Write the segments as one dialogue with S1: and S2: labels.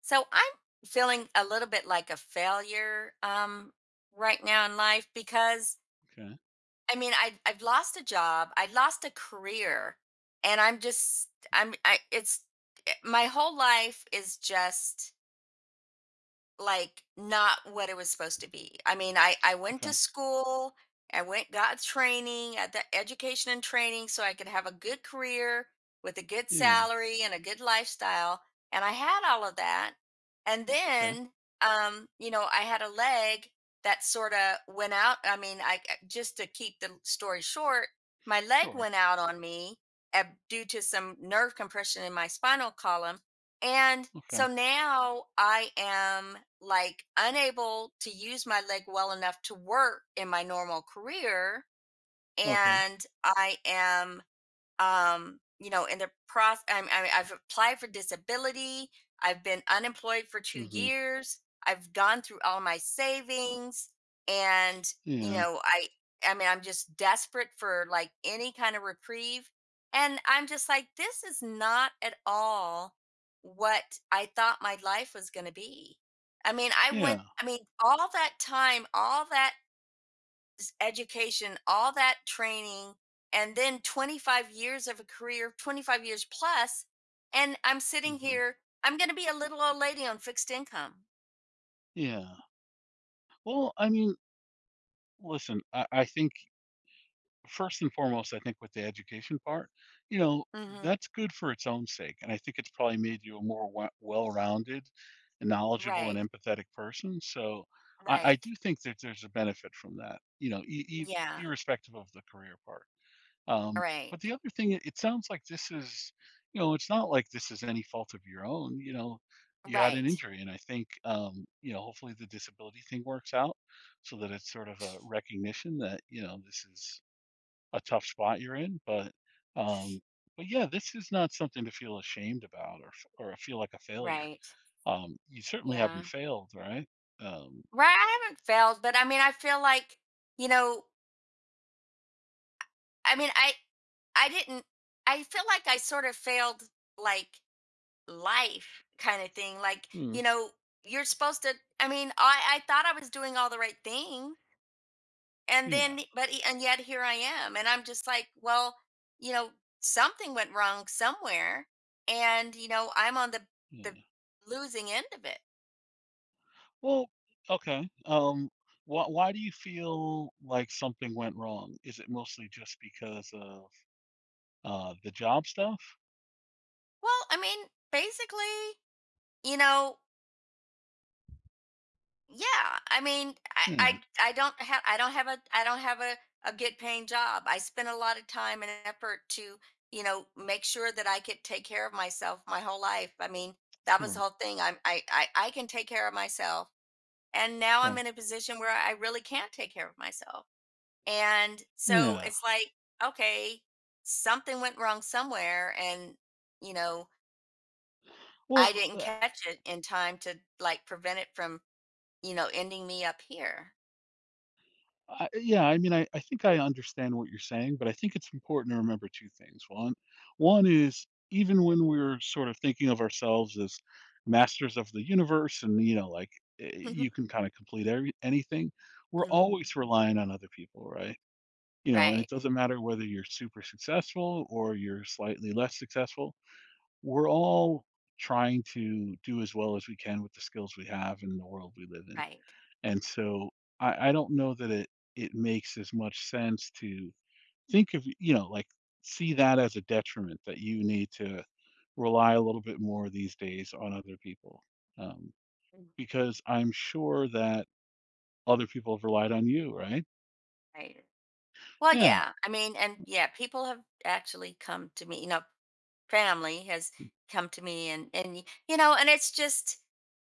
S1: So I'm feeling a little bit like a failure right now in life because
S2: Okay,
S1: I mean I've lost a job, I lost a career, and I'm just I'm I it's my whole life is just like, not what it was supposed to be. I mean, I went to
S2: okay.
S1: school, I went got training, at the education and training so I could have a good career with a good
S2: Yeah,
S1: salary and a good lifestyle, and I had all of that. And
S2: okay.
S1: then, I had a leg that sorta went out. I mean, I just to keep the story short, my leg
S2: Sure.
S1: went out on me, due to some nerve compression in my spinal column, and so
S2: Okay.
S1: now I am like unable to use my leg well enough to work in my normal career.
S2: Okay.
S1: And I am in the process. I've applied for disability. I've been unemployed for two
S2: Mhm.
S1: years I've gone through all my savings. And you
S2: Yeah.
S1: know i I mean I'm just desperate for like any kind of reprieve. And I'm just like, this is not at all what I thought my life was going to be. I mean,
S2: Yeah.
S1: all that time, all that education, all that training, and then 25 years of a career, 25 years plus, and I'm sitting
S2: Mhm.
S1: here. I'm going to be a little old lady on fixed income.
S2: Yeah. Well, I mean, listen, I think first and foremost, I think with the education part, you know,
S1: Hmm.
S2: that's good for its own sake, and I think it's probably made you a more we well-rounded and knowledgeable
S1: Right,
S2: and empathetic person, so I
S1: right.
S2: do think that there's a benefit from that, you know, I
S1: Yeah,
S2: irrespective of the career part. Um,
S1: right,
S2: but the other thing, it sounds like this is, you know, it's not like this is any fault of your own. You know, you had an
S1: right,
S2: injury, and I think, you know, hopefully the disability thing works out so that it's sort of a recognition that, you know, this is a tough spot you're in. Um, but yeah, this is not something to feel ashamed about or feel like a failure.
S1: right.
S2: You certainly
S1: Yeah.
S2: haven't failed, right? Um,
S1: Right. I haven't failed, but I mean, I feel like, you know, I mean, I didn't, I feel like I sort of failed like life kind of thing. Like,
S2: Hmm.
S1: you're supposed to, I mean, I thought I was doing all the right thing. And
S2: Yeah,
S1: then, but, and yet here I am. And I'm just like, well, you know, something went wrong somewhere. And, I'm on the
S2: yeah.
S1: losing end of it.
S2: Well, okay. Why do you feel like something went wrong? Is it mostly just because of the job stuff?
S1: Well, I mean, basically, you know, yeah, I mean,
S2: Yeah,
S1: I don't have a good paying job. I spend a lot of time and effort to, make sure that I could take care of myself my whole life. I mean, that was the
S2: sure.
S1: whole thing. I'm I can take care of myself. And now I'm
S2: Okay.
S1: in a position where I really can't take care of myself. And so
S2: Yeah.
S1: it's like, okay, something went wrong somewhere and, you know,
S2: Well,
S1: I didn't
S2: uh,
S1: catch it in time to like prevent it from, ending me up here.
S2: yeah, I mean, I think I understand what you're saying, but I think it's important to remember two things. One is even when we're sort of thinking of ourselves as masters of the universe and, you know, like you can kind of complete anything, we're
S1: Mhm.
S2: always relying on other people, right? You know, and
S1: Right,
S2: it doesn't matter whether you're super successful or you're slightly less successful. We're all trying to do as well as we can with the skills we have in the world we live in.
S1: right,
S2: And so I don't know that it makes as much sense to think of, you know, like see that as a detriment that you need to rely a little bit more these days on other people. Um,
S1: mm,
S2: because I'm sure that other people have relied on you, right?
S1: right. Well,
S2: Yeah.
S1: yeah, I mean, and yeah, people have actually come to me, family has come to me, and it's just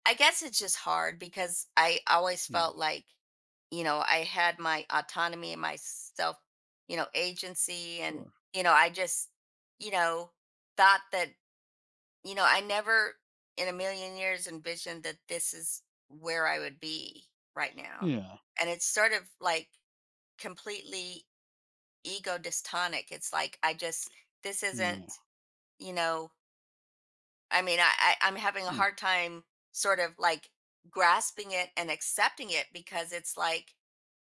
S1: I guess it's just hard because I always
S2: Yeah.
S1: felt like, I had my autonomy and my self, agency. And
S2: Sure.
S1: you know, I just, you know, thought that. I never in a million years envisioned that this is where I would be right now.
S2: Yeah.
S1: And it's sort of like completely ego dystonic. It's like I just this
S2: Yeah.
S1: isn't, you know, I'm having a hard time sort of like grasping it and accepting it because it's like,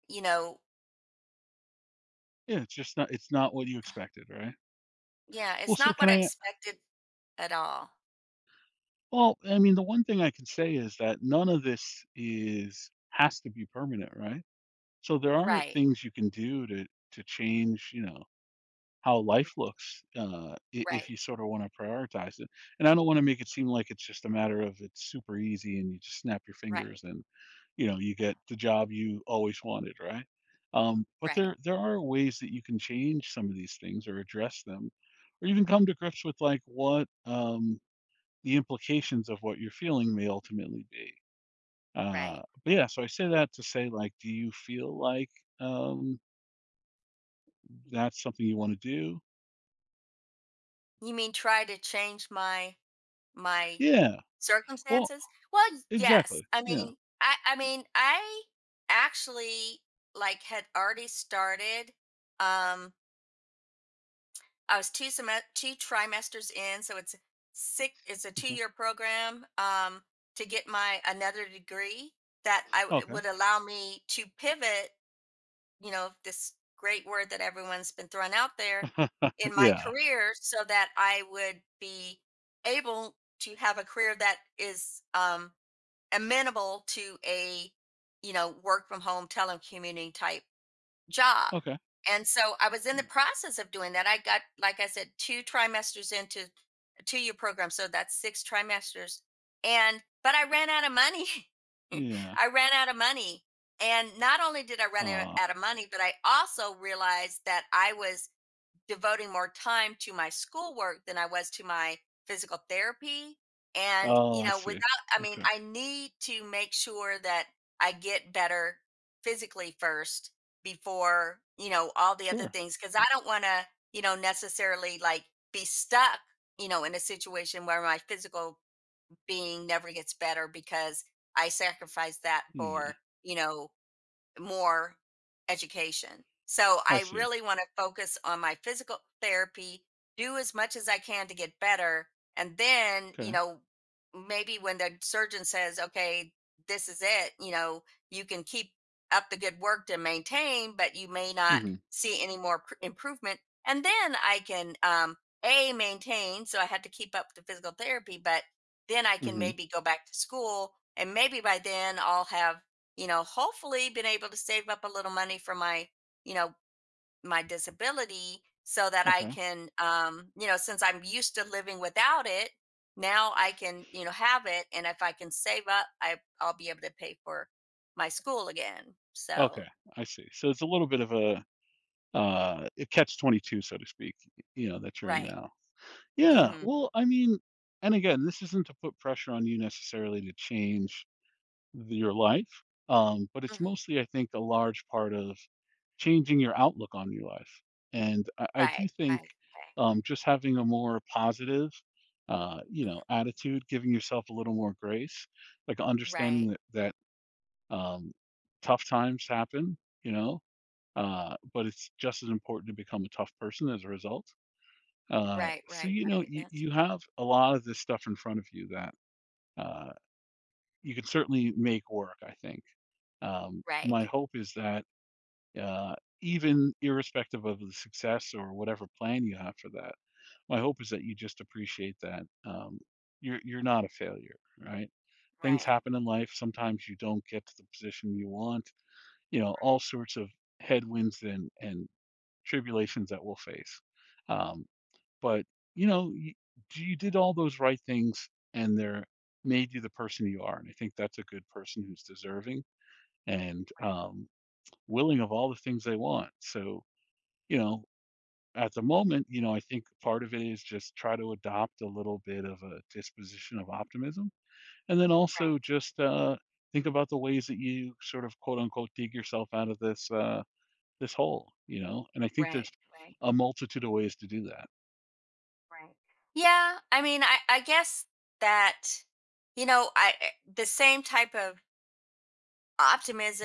S1: you know,
S2: Yeah, it's not what you expected, right?
S1: yeah,
S2: Well,
S1: it's
S2: so
S1: not
S2: can
S1: what I
S2: I
S1: expected at all.
S2: well, I mean, the one thing I can say is that none of this is has to be permanent, right? So there are
S1: Right.
S2: things you can do to
S1: Mhm.
S2: change, you know, how life
S1: Right.
S2: looks, if
S1: Right.
S2: you sort of want to prioritize it. And I don't want to make it seem like it's just a matter of it's super easy and you just snap your
S1: Right.
S2: fingers and, you know, you get the job you always wanted, right? But
S1: Right,
S2: there are ways that you can change some of these things or address them, or even come to grips with like what, the implications of what you're feeling may ultimately be.
S1: right.
S2: But yeah, so I say that to say like, do you feel like, um, that's something you want to do?
S1: You mean try to change my
S2: Yeah. Well,
S1: circumstances? Well, yes.
S2: exactly.
S1: I
S2: Yeah.
S1: mean, I actually like had already started. Um, I was 2 trimesters in, so it's six. It's a two
S2: Mhm.
S1: year program. To get my another degree that
S2: Okay.
S1: would allow me to pivot. You know, this great word that everyone's been throwing out there in my
S2: Yeah.
S1: career, so that I would be able to have a career that is amenable to a, work from home telecommuting type job.
S2: Okay.
S1: And so I was in the
S2: Yeah.
S1: process of doing that. I got, like I said, 2 trimesters into a 2-year program. So that's 6 trimesters. And, but I ran out of money.
S2: Yeah.
S1: I ran out of money. And not only did I run out
S2: Uh,
S1: out of money, but I also realized that I was devoting more time to my schoolwork than I was to my physical therapy. And,
S2: oh,
S1: you
S2: I
S1: know, without,
S2: see.
S1: I mean,
S2: Okay.
S1: I need to make sure that I get better physically first before, all the other
S2: Sure.
S1: things. Cause I don't want to, necessarily like be stuck, in a situation where my physical being never gets better because I sacrifice that
S2: Yeah.
S1: for, you know, more education. So
S2: I
S1: I
S2: see.
S1: really want to focus on my physical therapy, do as much as I can to get better. And then,
S2: Okay.
S1: maybe when the surgeon says, okay, this is it, you can keep up the good work to maintain, but you may not
S2: Mhm,
S1: see any more improvement. And then I can, A, maintain. So I had to keep up the physical therapy, but then I can
S2: mhm.
S1: maybe go back to school. And maybe by then I'll have hopefully been able to save up a little money for my, you know, my disability so that I
S2: Okay,
S1: can, since I'm used to living without it, now I can, have it. And if I can save up, I'll be able to pay for my school again. So,
S2: okay, I see. So it's a little bit of a catch-22, so to speak, y you know, that you're in
S1: right.
S2: now. Yeah,
S1: Mm-hmm.
S2: well, I mean, and again, this isn't to put pressure on you necessarily to change the your life, but it's
S1: Hmm.
S2: mostly, I think, a large part of changing your outlook on your life, and I
S1: Right.
S2: do think,
S1: Right. Okay.
S2: just having a more positive, you
S1: Mhm.
S2: know, attitude, giving yourself a little more grace, like understanding
S1: Right.
S2: that Um, tough times happen, you know, but it's just as important to become a tough person as a result.
S1: Right.
S2: So,
S1: Right.
S2: you know,
S1: Right. That's
S2: you have a lot of this stuff in front of you that, uh, you can certainly make work, I think. My
S1: right.
S2: hope is that, uh, even irrespective of the success or whatever plan you have for that, my hope is that you just appreciate that, you're not a failure, right? Things
S1: Right.
S2: happen in life. Sometimes you don't get to the position you want, you know, all
S1: Right.
S2: sorts of headwinds and tribulations that we'll face. Um, but you know, you did all those right things, and they're made you the person you are. And I think that's a good person who's deserving and, willing of all the things they want. So you know, at the moment, you know, I think part of it is just try to adopt a little bit of a disposition of optimism, and then also
S1: Right.
S2: just think about the ways that you sort of quote unquote dig yourself out of this. This hole, you know? And I
S1: Right.
S2: think
S1: Right.
S2: there's
S1: Right.
S2: a multitude of ways to do that.
S1: Right. Yeah, I mean, I guess that, the same type of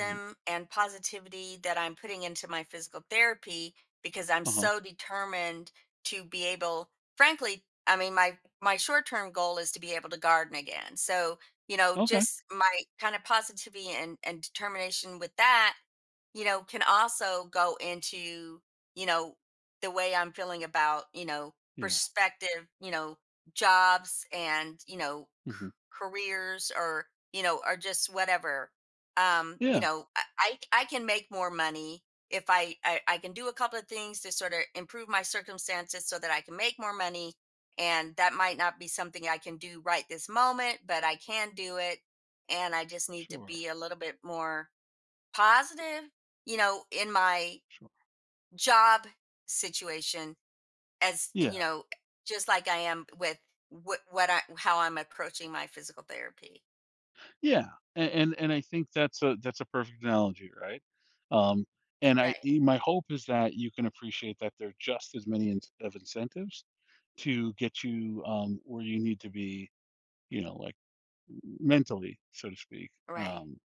S2: Mm.
S1: and positivity that I'm putting into my physical therapy because I'm
S2: Uh-huh.
S1: so determined to be able, frankly, I mean, my short-term goal is to be able to garden again. So,
S2: Okay.
S1: just my kind of positivity and determination with that can also go into, you know, the way I'm feeling about,
S2: Yeah.
S1: perspective, jobs and,
S2: Mhm.
S1: careers or, or just whatever.
S2: Yeah.
S1: I can make more money if I can do a couple of things to sort of improve my circumstances so that I can make more money. And that might not be something I can do right this moment, but I can do it. And I just need to
S2: Sure.
S1: be a little bit more positive, in my
S2: Sure.
S1: job situation as,
S2: Yeah.
S1: just like I am with how I'm approaching my physical therapy.
S2: Yeah. And I think that's a perfect analogy, right? Um, and I,
S1: Right.
S2: my hope is that you can appreciate that there are just as many of incentives to get you, where you need to be, you know, like mentally, so to speak.
S1: Right.
S2: Um,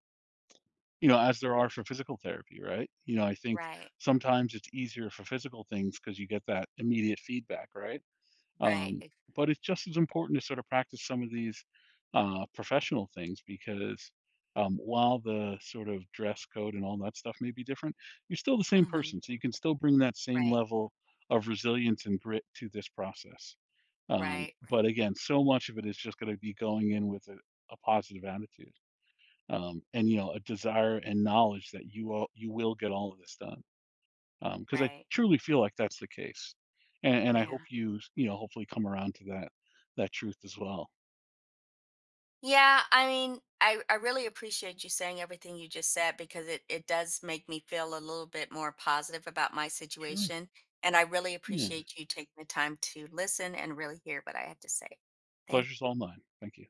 S2: you know, as there are for physical therapy, right? You know, I think
S1: Right.
S2: sometimes it's easier for physical things because you get that immediate feedback, right?
S1: Right.
S2: Um, but it's just as important to sort of practice some of these, professional things because, while the sort of dress code and all that stuff may be different, you're still the same
S1: Mhm.
S2: person. So you can still bring that same
S1: Right.
S2: level of resilience and grit to this process.
S1: Right.
S2: But
S1: Right.
S2: again, so much of it is just going to be going in with a positive attitude, and you know a desire and knowledge that you will get all of this done because I
S1: Right.
S2: truly feel like that's the case. And I hope
S1: Yeah.
S2: you you know hopefully come around to that truth as well.
S1: Yeah, I mean, I really appreciate you saying everything you just said because it does make me feel a little bit more positive about my
S2: Sure.
S1: situation. And I really
S2: Yeah.
S1: appreciate you taking the time to listen and really hear what I have to say. Thank
S2: Pleasure's all mine, thank you.